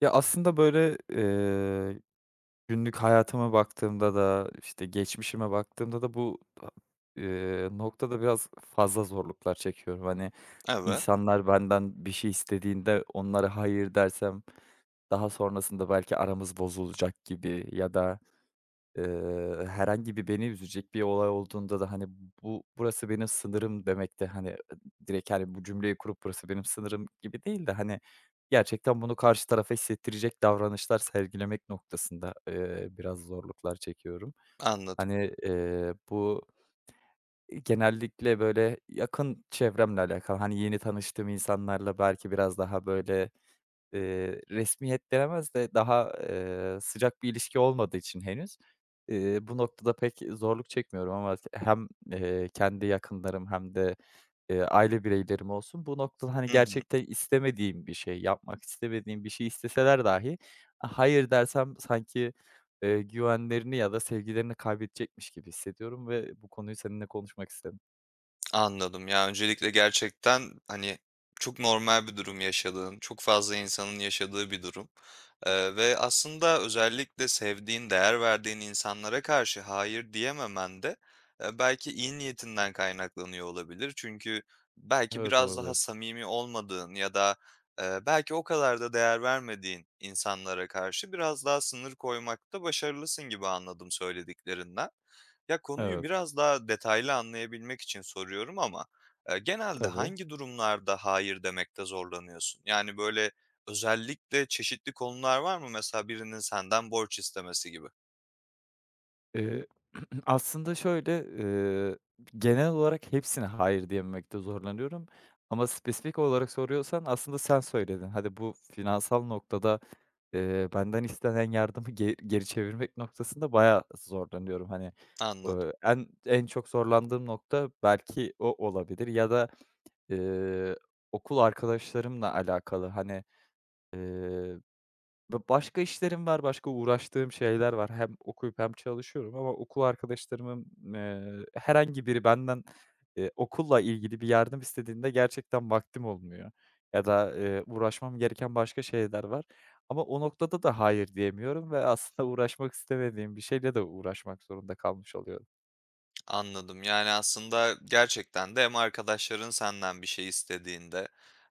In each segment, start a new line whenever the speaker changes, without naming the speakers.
Ya, aslında, böyle, eee, günlük hayatıma baktığımda da, işte, geçmişime baktığımda da noktada biraz fazla zorluklar çekiyorum. Hani,
Evet,
insanlar benden bir şey istediğinde onlara hayır dersem daha sonrasında belki aramız bozulacak gibi ya da herhangi bir beni üzecek bir olay olduğunda da, hani, burası benim sınırım demek de, hani, direkt, hani, bu cümleyi kurup burası benim sınırım gibi değil de, hani, gerçekten bunu karşı tarafa hissettirecek davranışlar sergilemek noktasında, biraz zorluklar çekiyorum.
anladım.
Hani, bu genellikle, böyle, yakın çevremle alakalı. Hani, yeni tanıştığım insanlarla belki biraz daha, böyle. Resmiyet denemez de daha, sıcak bir ilişki olmadığı için henüz, bu noktada pek zorluk çekmiyorum ama hem kendi yakınlarım hem de, aile bireylerim olsun bu noktada, hani,
Hı hı,
gerçekten istemediğim bir şey, yapmak istemediğim bir şey isteseler dahi hayır dersem sanki, güvenlerini ya da sevgilerini kaybedecekmiş gibi hissediyorum ve bu konuyu seninle konuşmak istedim.
anladım. Ya, öncelikle gerçekten, hani, çok normal bir durum yaşadığın, çok fazla insanın yaşadığı bir durum, ve aslında özellikle sevdiğin, değer verdiğin insanlara karşı hayır diyememen de, belki iyi niyetinden kaynaklanıyor olabilir. Çünkü belki
Evet,
biraz daha
olabilir.
samimi olmadığın ya da, belki o kadar da değer vermediğin insanlara karşı biraz daha sınır koymakta başarılısın gibi anladım söylediklerinden. Ya, konuyu
Evet,
biraz daha detaylı anlayabilmek için soruyorum ama, genelde
tabii.
hangi durumlarda hayır demekte zorlanıyorsun? Yani, böyle, özellikle çeşitli konular var mı? Mesela birinin senden borç istemesi gibi.
Eee, aslında şöyle, genel olarak hepsine hayır diyememekte zorlanıyorum ama spesifik olarak soruyorsan aslında sen söyledin. Hadi bu finansal noktada, benden istenen yardımı geri çevirmek noktasında bayağı zorlanıyorum. Hani,
Anladım.
eee, en çok zorlandığım nokta belki o olabilir ya da, eee, okul arkadaşlarımla alakalı. Hani, eee başka işlerim var, başka uğraştığım şeyler var. Hem okuyup hem çalışıyorum ama okul arkadaşlarımın, herhangi biri benden, okulla ilgili bir yardım istediğinde gerçekten vaktim olmuyor ya da, uğraşmam gereken başka şeyler var ama o noktada da hayır diyemiyorum ve aslında uğraşmak istemediğim bir şeyle de uğraşmak zorunda kalmış oluyorum.
Anladım. Yani, aslında gerçekten de hem arkadaşların senden bir şey istediğinde,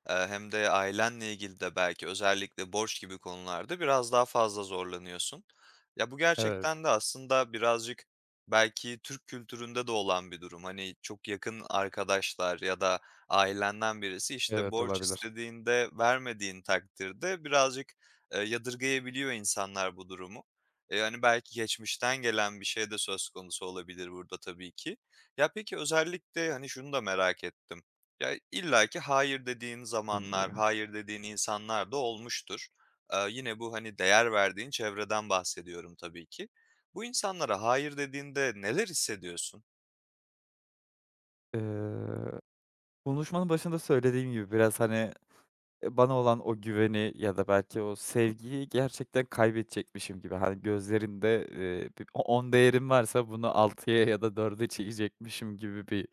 hem de ailenle ilgili de belki özellikle borç gibi konularda biraz daha fazla zorlanıyorsun. Ya, bu
Evet,
gerçekten de aslında birazcık belki Türk kültüründe de olan bir durum. Hani, çok yakın arkadaşlar ya da ailenden birisi, işte,
evet
borç
olabilir.
istediğinde vermediğin takdirde birazcık, yadırgayabiliyor insanlar bu durumu. Hani, belki geçmişten gelen bir şey de söz konusu olabilir burada tabii ki. Ya, peki özellikle, hani, şunu da merak ettim. Ya, illa ki hayır dediğin zamanlar,
Bilmiyorum.
hayır dediğin insanlar da olmuştur. Aaa, yine bu, hani, değer verdiğin çevreden bahsediyorum tabii ki. Bu insanlara hayır dediğinde neler hissediyorsun?
Eee, konuşmanın başında söylediğim gibi biraz, hani. Bana olan o güveni ya da belki o sevgiyi gerçekten kaybedecekmişim gibi, hani, gözlerinde, bir o değerim varsa bunu altıya ya da 4'e çekecekmişim gibi bir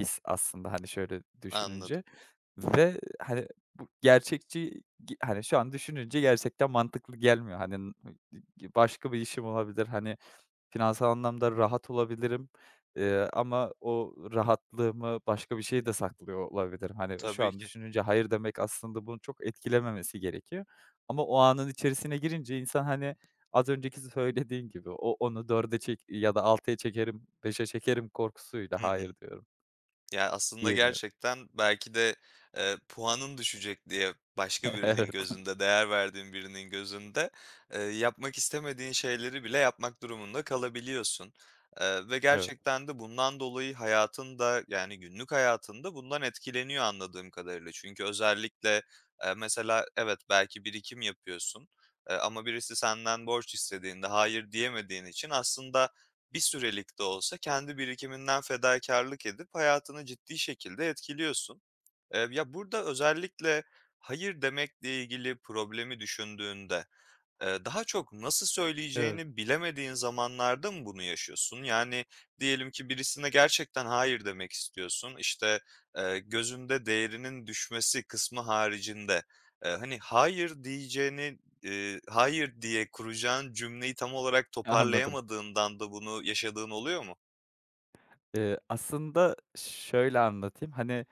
his aslında, hani, şöyle
Anladım.
düşününce. Ve, hani, bu gerçekçi. Hani, şu an düşününce gerçekten mantıklı gelmiyor. Hani, başka bir işim olabilir, hani, finansal anlamda rahat olabilirim, ama o rahatlığımı başka bir şey de saklıyor olabilirim. Hani, şu
Tabii
an
ki.
düşününce hayır demek aslında bunu çok etkilememesi gerekiyor ama o anın içerisine girince insan, hani, az önceki söylediğin gibi onu dörde çek ya da altıya çekerim, beşe çekerim korkusuyla
Hı
hayır
hı.
diyorum.
Ya, aslında
Diyemiyorum.
gerçekten belki de, puanın düşecek diye başka birinin gözünde, değer verdiğin birinin gözünde, yapmak istemediğin şeyleri bile yapmak durumunda kalabiliyorsun. Ve
Evet, evet,
gerçekten de bundan dolayı hayatında yani, günlük hayatında bundan etkileniyor anladığım kadarıyla. Çünkü özellikle, mesela evet, belki birikim yapıyorsun, ama birisi senden borç istediğinde hayır diyemediğin için aslında bir sürelik de olsa kendi birikiminden fedakarlık edip hayatını ciddi şekilde etkiliyorsun. Ya, burada özellikle hayır demekle ilgili problemi düşündüğünde daha çok nasıl
evet.
söyleyeceğini bilemediğin zamanlarda mı bunu yaşıyorsun? Yani, diyelim ki birisine gerçekten hayır demek istiyorsun. İşte, gözünde değerinin düşmesi kısmı haricinde, hani, hayır diyeceğini, hayır diye kuracağın cümleyi tam olarak
Anladım.
toparlayamadığından da bunu yaşadığın oluyor mu?
Aslında şöyle anlatayım, hani.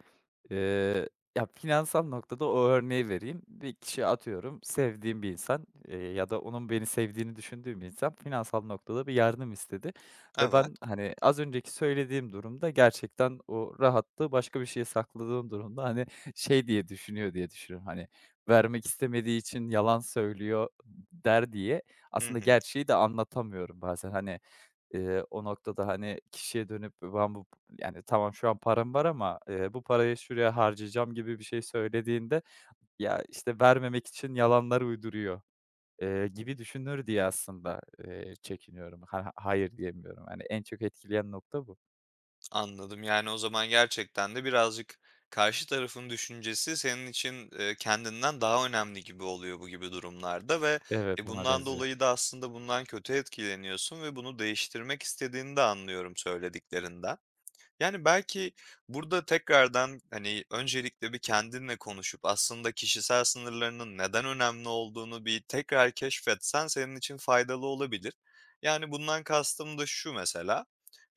Eee, Ya, finansal noktada o örneği vereyim. Bir kişi atıyorum sevdiğim bir insan, ya da onun beni sevdiğini düşündüğüm bir insan finansal noktada bir yardım istedi ve
Evet.
ben, hani, az önceki söylediğim durumda gerçekten o rahatlığı başka bir şeye sakladığım durumda, hani, şey diye düşünüyorum, hani, vermek istemediği için yalan söylüyor der diye
Hı
aslında
hı.
gerçeği de anlatamıyorum bazen. Hani, o noktada, hani, kişiye dönüp ben bu yani, tamam şu an param var ama bu parayı şuraya harcayacağım gibi bir şey söylediğinde, ya, işte, vermemek için yalanlar uyduruyor, gibi düşünür diye aslında, çekiniyorum. Ha hayır diyemiyorum. Yani en çok etkileyen nokta bu.
Anladım. Yani, o zaman gerçekten de birazcık karşı tarafın düşüncesi senin için, kendinden daha önemli gibi oluyor bu gibi durumlarda ve,
Evet,
e,
ona
bundan
benziyor.
dolayı da aslında bundan kötü etkileniyorsun ve bunu değiştirmek istediğini de anlıyorum söylediklerinden. Yani, belki burada tekrardan, hani, öncelikle bir kendinle konuşup aslında kişisel sınırlarının neden önemli olduğunu bir tekrar keşfetsen senin için faydalı olabilir. Yani, bundan kastım da şu mesela,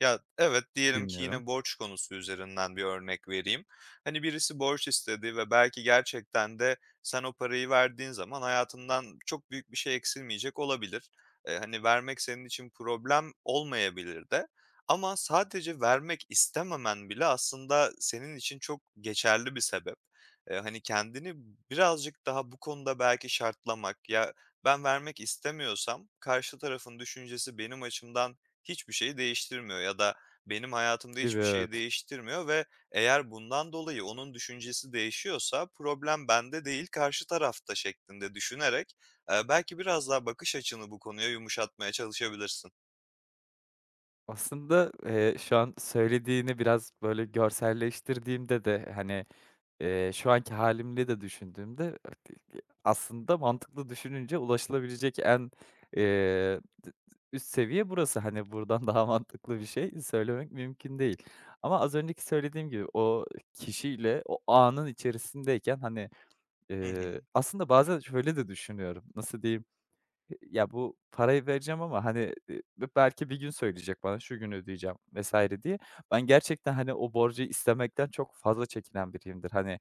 ya, evet, diyelim ki
Dinliyorum.
yine borç konusu üzerinden bir örnek vereyim. Hani, birisi borç istedi ve belki gerçekten de sen o parayı verdiğin zaman hayatından çok büyük bir şey eksilmeyecek olabilir. Hani, vermek senin için problem olmayabilir de ama sadece vermek istememen bile aslında senin için çok geçerli bir sebep. Hani, kendini birazcık daha bu konuda belki şartlamak, "Ya, ben vermek istemiyorsam karşı tarafın düşüncesi benim açımdan hiçbir şeyi değiştirmiyor ya da benim hayatımda
Gibi,
hiçbir şeyi
evet.
değiştirmiyor ve eğer bundan dolayı onun düşüncesi değişiyorsa problem bende değil, karşı tarafta." şeklinde düşünerek, belki biraz daha bakış açını bu konuya yumuşatmaya çalışabilirsin.
Aslında, şu an söylediğini biraz, böyle, görselleştirdiğimde de, hani. Şu anki hâlimle de düşündüğümde aslında mantıklı düşününce ulaşılabilecek en, d üst seviye burası. Hani, buradan daha mantıklı bir şey söylemek mümkün değil. Ama az önceki söylediğim gibi o kişiyle o anın içerisindeyken, hani,
Hı hı.
eee, aslında bazen şöyle de düşünüyorum, nasıl diyeyim, ya, bu parayı vereceğim ama, hani, b belki bir gün söyleyecek bana, şu gün ödeyeceğim vs. diye. Ben gerçekten, hani, o borcu istemekten çok fazla çekinen biriyimdir. Hani.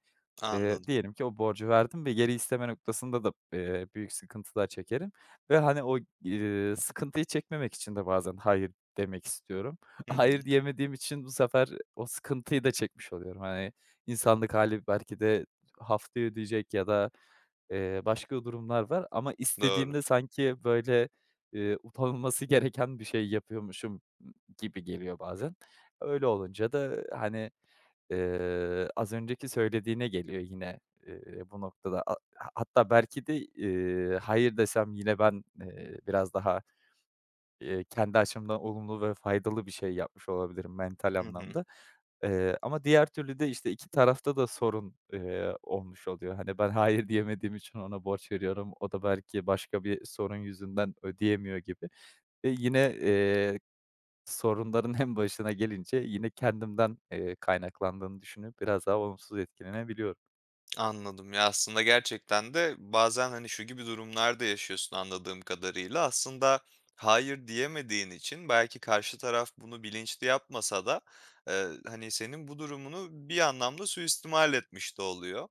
Anladım.
Diyelim ki o borcu verdim ve geri isteme noktasında da, büyük sıkıntılar çekerim ve, hani, o, sıkıntıyı çekmemek için de bazen hayır demek istiyorum.
Hı hı.
Hayır diyemediğim için bu sefer o sıkıntıyı da çekmiş oluyorum. Hani, insanlık hâli belki de haftaya ödeyecek ya da, başka durumlar var ama
Doğru.
istediğimde sanki, böyle, utanılması gereken bir şey yapıyormuşum gibi geliyor bazen. Öyle olunca da, hani. Az önceki söylediğine geliyor yine, bu noktada. A ha Hatta belki de, hayır desem yine ben, biraz daha, kendi açımdan olumlu ve faydalı bir şey yapmış olabilirim mental
Hı hı.
anlamda. Ama diğer türlü de, işte, 2 tarafta da sorun, olmuş oluyor. Hani, ben hayır diyemediğim için ona borç veriyorum. O da belki başka bir sorun yüzünden ödeyemiyor gibi. Ve yine, sorunların en başına gelince yine kendimden, kaynaklandığını düşünüp biraz daha olumsuz etkilenebiliyorum.
Anladım. Ya, aslında gerçekten de bazen, hani, şu gibi durumlarda yaşıyorsun anladığım kadarıyla. Aslında hayır diyemediğin için belki karşı taraf bunu bilinçli yapmasa da, hani, senin bu durumunu bir anlamda suistimal etmiş de oluyor.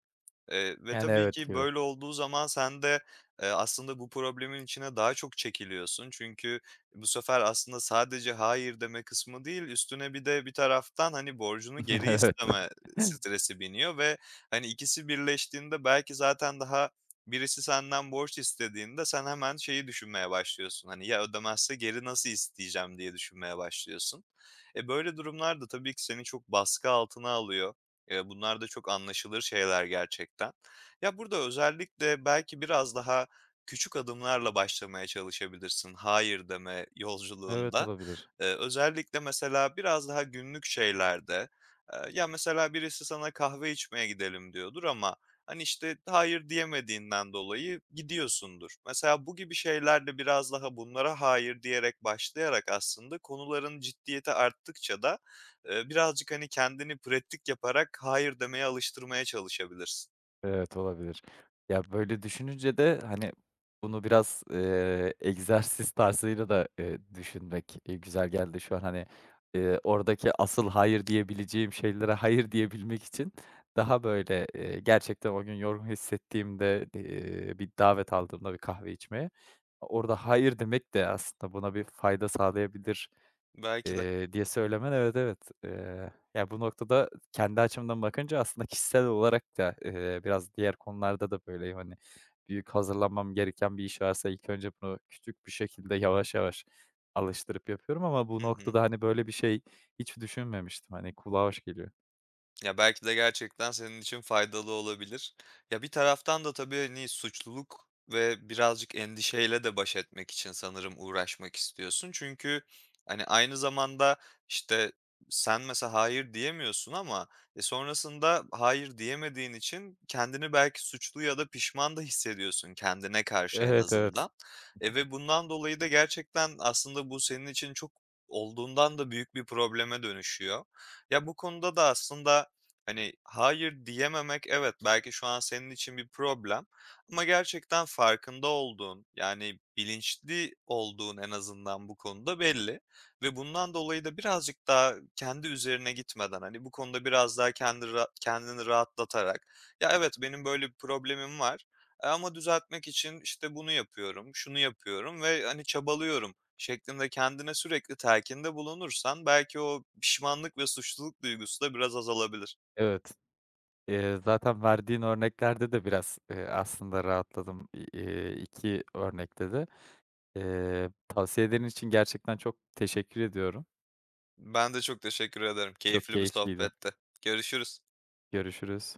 Ve
Yani
tabii
evet
ki
gibi.
böyle olduğu zaman sen de, aslında bu problemin içine daha çok çekiliyorsun. Çünkü bu sefer aslında sadece hayır deme kısmı değil, üstüne bir de bir taraftan, hani, borcunu geri
Evet.
isteme stresi biniyor ve hani, ikisi birleştiğinde belki zaten daha birisi senden borç istediğinde sen hemen şeyi düşünmeye başlıyorsun, hani, "Ya ödemezse geri nasıl isteyeceğim?" diye düşünmeye başlıyorsun. E, böyle durumlar da tabii ki seni çok baskı altına alıyor. Bunlar da çok anlaşılır şeyler gerçekten. Ya, burada özellikle belki biraz daha küçük adımlarla başlamaya çalışabilirsin hayır deme
Evet,
yolculuğunda.
olabilir.
Özellikle mesela biraz daha günlük şeylerde, ya, mesela birisi sana kahve içmeye gidelim diyordur ama, hani, işte, hayır diyemediğinden dolayı gidiyorsundur. Mesela bu gibi şeylerle biraz daha bunlara hayır diyerek başlayarak aslında konuların ciddiyeti arttıkça da, birazcık, hani, kendini pratik yaparak hayır demeye alıştırmaya çalışabilirsin.
Evet, olabilir. Ya, böyle düşününce de, hani, bunu biraz, egzersiz tarzıyla da, düşünmek, güzel geldi şu an. Hani, oradaki asıl hayır diyebileceğim şeylere hayır diyebilmek için daha böyle, gerçekten o gün yorgun hissettiğimde, bir davet aldığımda bir kahve içmeye, orada hayır demek de aslında buna bir fayda sağlayabilir.
Belki de.
Diye söylemen evet, evet. Ya, bu noktada kendi açımdan bakınca aslında kişisel olarak da, biraz diğer konularda da böyleyim. Hani, büyük hazırlanmam gereken bir iş varsa ilk önce bunu küçük bir şekilde yavaş yavaş alıştırıp yapıyorum ama bu
Hı hı.
noktada, hani, böyle bir şey hiç düşünmemiştim. Hani, kulağa hoş geliyor.
Ya, belki de gerçekten senin için faydalı olabilir. Ya, bir taraftan da tabii, hani, suçluluk ve birazcık endişeyle de baş etmek için sanırım uğraşmak istiyorsun. Çünkü, hani, aynı zamanda, işte, sen mesela hayır diyemiyorsun ama, e, sonrasında hayır diyemediğin için kendini belki suçlu ya da pişman da hissediyorsun kendine karşı en
Evet, evet,
azından. E, ve bundan dolayı da gerçekten aslında bu senin için çok olduğundan da büyük bir probleme dönüşüyor. Ya, bu konuda da aslında hani, hayır diyememek, evet, belki şu an senin için bir problem ama gerçekten farkında olduğun, yani, bilinçli olduğun en azından bu konuda belli ve bundan dolayı da birazcık daha kendi üzerine gitmeden, hani, bu konuda biraz daha kendini rahatlatarak, "Ya, evet, benim böyle bir problemim var, ama düzeltmek için, işte, bunu yapıyorum, şunu yapıyorum ve, hani, çabalıyorum." şeklinde kendine sürekli telkinde bulunursan belki o pişmanlık ve suçluluk duygusu da biraz azalabilir.
evet. Zaten verdiğin örneklerde de biraz, aslında rahatladım. İ 2 örnekte de. Tavsiyelerin için gerçekten çok teşekkür ediyorum.
Ben de çok teşekkür ederim.
Çok
Keyifli bir
keyifliydi.
sohbetti. Görüşürüz.
Görüşürüz.